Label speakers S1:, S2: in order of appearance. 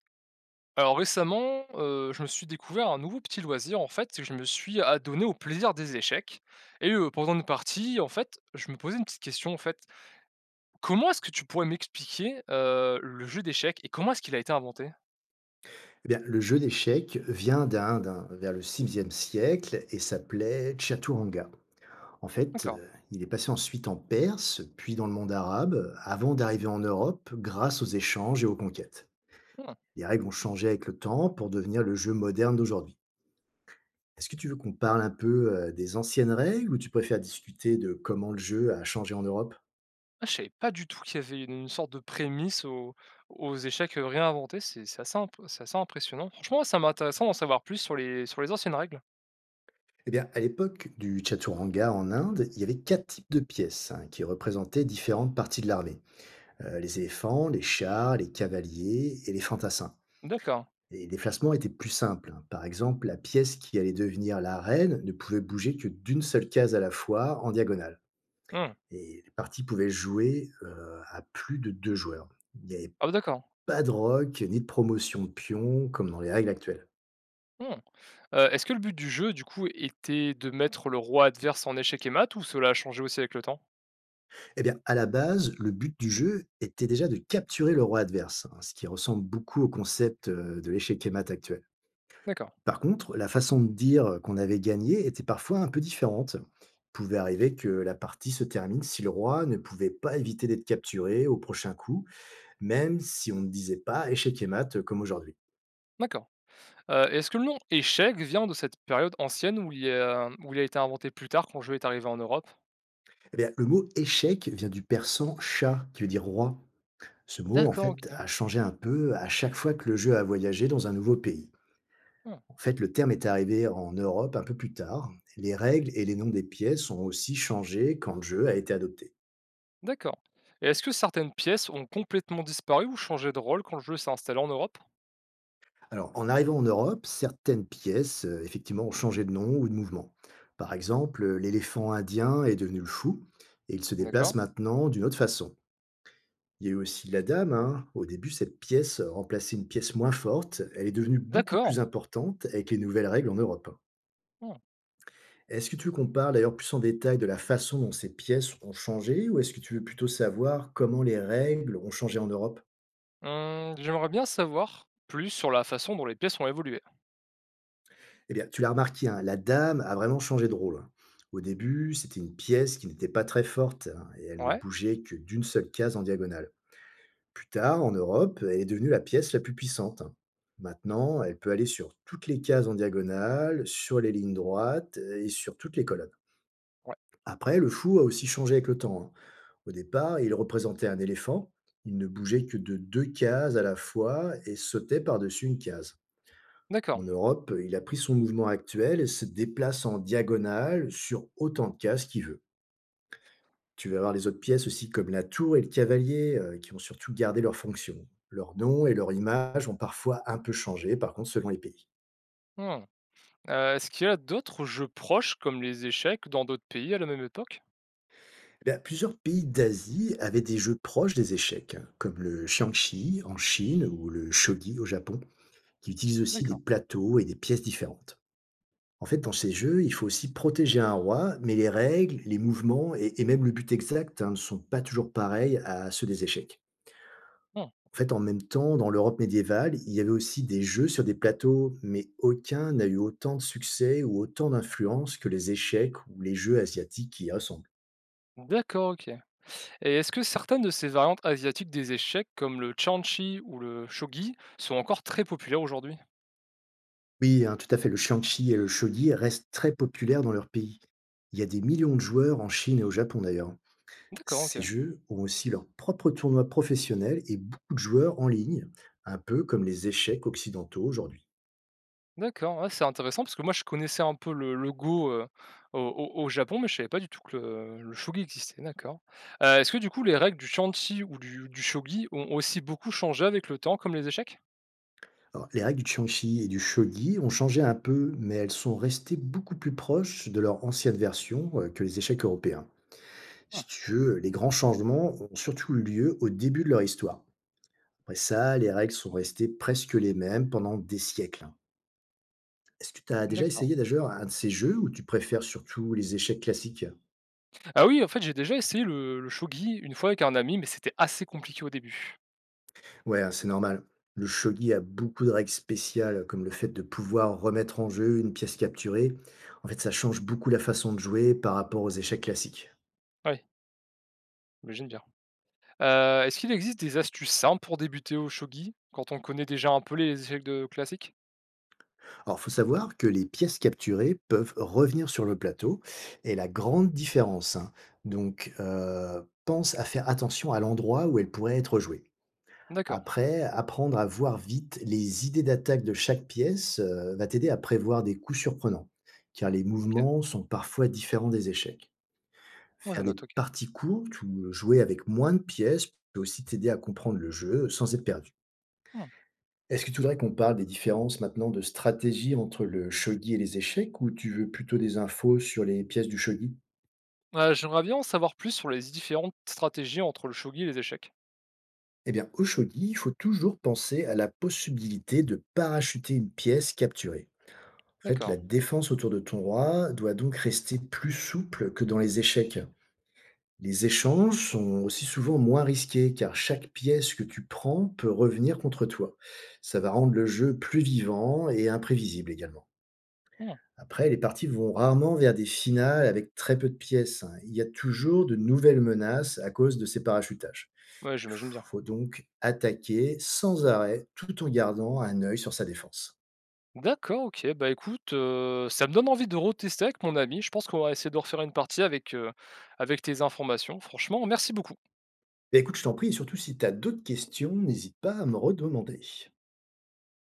S1: Alors récemment, je me suis découvert un nouveau petit loisir en fait, c'est que je me suis adonné au plaisir des échecs et pendant une partie, en fait, je me posais une petite question en fait. Comment est-ce que tu pourrais m'expliquer, le jeu d'échecs et comment est-ce qu'il a été inventé?
S2: Eh bien, le jeu d'échecs vient d'Inde, hein, vers le 6e siècle et s'appelait Chaturanga. En fait,
S1: D'accord.
S2: il est passé ensuite en Perse, puis dans le monde arabe, avant d'arriver en Europe grâce aux échanges et aux conquêtes.
S1: Mmh.
S2: Les règles ont changé avec le temps pour devenir le jeu moderne d'aujourd'hui. Est-ce que tu veux qu'on parle un peu des anciennes règles ou tu préfères discuter de comment le jeu a changé en Europe?
S1: Ah, je savais pas du tout qu'il y avait une sorte de prémisse aux aux échecs, réinventés, c'est assez impressionnant. Franchement, ça m'intéresse d'en savoir plus sur les anciennes règles.
S2: Eh bien, à l'époque du Chaturanga en Inde, il y avait quatre types de pièces, hein, qui représentaient différentes parties de l'armée. Les éléphants, les chats, les cavaliers et les fantassins.
S1: D'accord.
S2: Et les déplacements étaient plus simples, hein. Par exemple, la pièce qui allait devenir l'arène ne pouvait bouger que d'une seule case à la fois, en diagonale,
S1: Mmh.
S2: et les parties pouvaient jouer, à plus de 2 joueurs. Il n'y avait
S1: Ah bah, d'accord.
S2: pas de rock, ni de promotion de pions comme dans les règles actuelles.
S1: Mmh. Est-ce que le but du jeu, du coup, était de mettre le roi adverse en échec et mat, ou cela a changé aussi avec le temps?
S2: Eh bien, à la base, le but du jeu était déjà de capturer le roi adverse, hein, ce qui ressemble beaucoup au concept, de l'échec et mat actuel.
S1: D'accord,
S2: Par contre, la façon de dire qu'on avait gagné était parfois un peu différente. Il pouvait arriver que la partie se termine si le roi ne pouvait pas éviter d'être capturé au prochain coup, même si on ne disait pas échec et mat comme aujourd'hui.
S1: d'accord. Est-ce que le nom échec vient de cette période ancienne où il a été inventé plus tard quand le jeu est arrivé en Europe?
S2: Eh bien, le mot échec vient du persan chat, qui veut dire roi. Ce mot, en
S1: D'accord,
S2: fait,
S1: OK.
S2: a changé un peu à chaque fois que le jeu a voyagé dans un nouveau pays.
S1: Mmh,
S2: En fait, le terme est arrivé en Europe un peu plus tard. Les règles et les noms des pièces ont aussi changé quand le jeu a été adopté.
S1: d'accord. Et est-ce que certaines pièces ont complètement disparu ou changé de rôle quand le jeu s'est installé en Europe?
S2: Alors, en arrivant en Europe, certaines pièces, effectivement, ont changé de nom ou de mouvement. Par exemple, l'éléphant indien est devenu le fou, et il se déplace
S1: D'accord,
S2: maintenant d'une autre façon. Il y a eu aussi la dame, hein. Au début, cette pièce remplaçait une pièce moins forte. Elle est devenue beaucoup
S1: d'accord.
S2: plus importante avec les nouvelles règles en Europe.
S1: Mmh.
S2: Est-ce que tu veux qu'on parle d'ailleurs plus en détail de la façon dont ces pièces ont changé, ou est-ce que tu veux plutôt savoir comment les règles ont changé en Europe?
S1: Mmh, j'aimerais bien savoir plus sur la façon dont les pièces ont évolué.
S2: Eh bien, tu l'as remarqué, hein, la dame a vraiment changé de rôle. Au début, c'était une pièce qui n'était pas très forte, hein, et elle ne
S1: Ouais?
S2: bougeait que d'une seule case en diagonale. Plus tard, en Europe, elle est devenue la pièce la plus puissante, hein. Maintenant, elle peut aller sur toutes les cases en diagonale, sur les lignes droites, et sur toutes les colonnes.
S1: Ouais.
S2: Après, le fou a aussi changé avec le temps, hein. Au départ, il représentait un éléphant. Il ne bougeait que de deux cases à la fois et sautait par-dessus une case. En
S1: D'accord.
S2: Europe, il a pris son mouvement actuel et se déplace en diagonale sur autant de cases qu'il veut. Tu vas voir les autres pièces aussi, comme la tour et le cavalier, qui ont surtout gardé leur fonction. Leur nom et leur image ont parfois un peu changé, par contre, selon les pays.
S1: Mmh. Est-ce qu'il y a d'autres jeux proches, comme les échecs, dans d'autres pays à la même époque?
S2: Eh bien, plusieurs pays d'Asie avaient des jeux proches des échecs, hein, comme le Xiangxi en Chine ou le Shogi au Japon, qui utilisent aussi des
S1: D'accord.
S2: plateaux et des pièces différentes. En fait, dans ces jeux, il faut aussi protéger un roi, mais les règles, les mouvements et même le but exact, hein, ne sont pas toujours pareils à ceux des échecs.
S1: Mmh.
S2: En fait, en même temps, dans l'Europe médiévale, il y avait aussi des jeux sur des plateaux, mais aucun n'a eu autant de succès ou autant d'influence que les échecs ou les jeux asiatiques qui y ressemblent.
S1: D'accord, OK. Et est-ce que certaines de ces variantes asiatiques des échecs, comme le Chan-Chi ou le Shogi, sont encore très populaires aujourd'hui?
S2: Oui, hein, tout à fait, le Shang-Chi et le Shogi restent très populaires dans leur pays. Il y a des millions de joueurs en Chine et au Japon d'ailleurs.
S1: D'accord,
S2: Ces
S1: OK.
S2: jeux ont aussi leur propre tournoi professionnel et beaucoup de joueurs en ligne, un peu comme les échecs occidentaux aujourd'hui.
S1: D'accord, ouais, c'est intéressant parce que moi je connaissais un peu le Go, au Japon, mais je savais pas du tout que le Shogi existait, d'accord. Est-ce que du coup les règles du Chan-Chi ou du Shogi ont aussi beaucoup changé avec le temps, comme les échecs?
S2: Alors, les règles du Changxi et du Shogi ont changé un peu, mais elles sont restées beaucoup plus proches de leur ancienne version que les échecs européens. Si tu veux, les grands changements ont surtout eu lieu au début de leur histoire. Après ça, les règles sont restées presque les mêmes pendant des siècles. Est-ce que tu as
S1: Mmh,
S2: déjà
S1: d'accord.
S2: essayé d'ailleurs un de ces jeux ou tu préfères surtout les échecs classiques?
S1: Ah oui, en fait, j'ai déjà essayé le shogi une fois avec un ami, mais c'était assez compliqué au début.
S2: Ouais, hein, c'est normal. Le shogi a beaucoup de règles spéciales, comme le fait de pouvoir remettre en jeu une pièce capturée. En fait, ça change beaucoup la façon de jouer par rapport aux échecs classiques.
S1: Oui, j'imagine bien. Est-ce qu'il existe des astuces simples pour débuter au shogi quand on connaît déjà un peu les échecs de classiques?
S2: Alors, faut savoir que les pièces capturées peuvent revenir sur le plateau, et la grande différence, hein, donc pense à faire attention à l'endroit où elles pourraient être jouées.
S1: D'accord,
S2: Après, apprendre à voir vite les idées d'attaque de chaque pièce va t'aider à prévoir des coups surprenants, car les
S1: OK.
S2: mouvements sont parfois différents des échecs.
S1: Moi, je
S2: Faire des
S1: note, OK.
S2: parties courtes ou jouer avec moins de pièces peut aussi t'aider à comprendre le jeu sans être perdu.
S1: Mmh.
S2: Est-ce que tu voudrais qu'on parle des différences maintenant de stratégie entre le shogi et les échecs ou tu veux plutôt des infos sur les pièces du shogi?
S1: J'aimerais bien en savoir plus sur les différentes stratégies entre le shogi et les échecs.
S2: Eh bien, au shogi, il faut toujours penser à la possibilité de parachuter une pièce capturée. En fait, la
S1: D'accord.
S2: défense autour de ton roi doit donc rester plus souple que dans les échecs. Les échanges sont aussi souvent moins risqués car chaque pièce que tu prends peut revenir contre toi. Ça va rendre le jeu plus vivant et imprévisible également.
S1: Mmh.
S2: Après, les parties vont rarement vers des finales avec très peu de pièces, hein. Il y a toujours de nouvelles menaces à cause de ces parachutages.
S1: Ouais,
S2: Il
S1: j'imagine bien.
S2: faut donc attaquer sans arrêt tout en gardant un œil sur sa défense.
S1: D'accord, OK. Bah, écoute, ça me donne envie de retester avec mon ami. Je pense qu'on va essayer de refaire une partie avec, avec tes informations. Franchement, merci beaucoup.
S2: Et écoute, je t'en prie, et surtout si tu as d'autres questions, n'hésite pas à me redemander.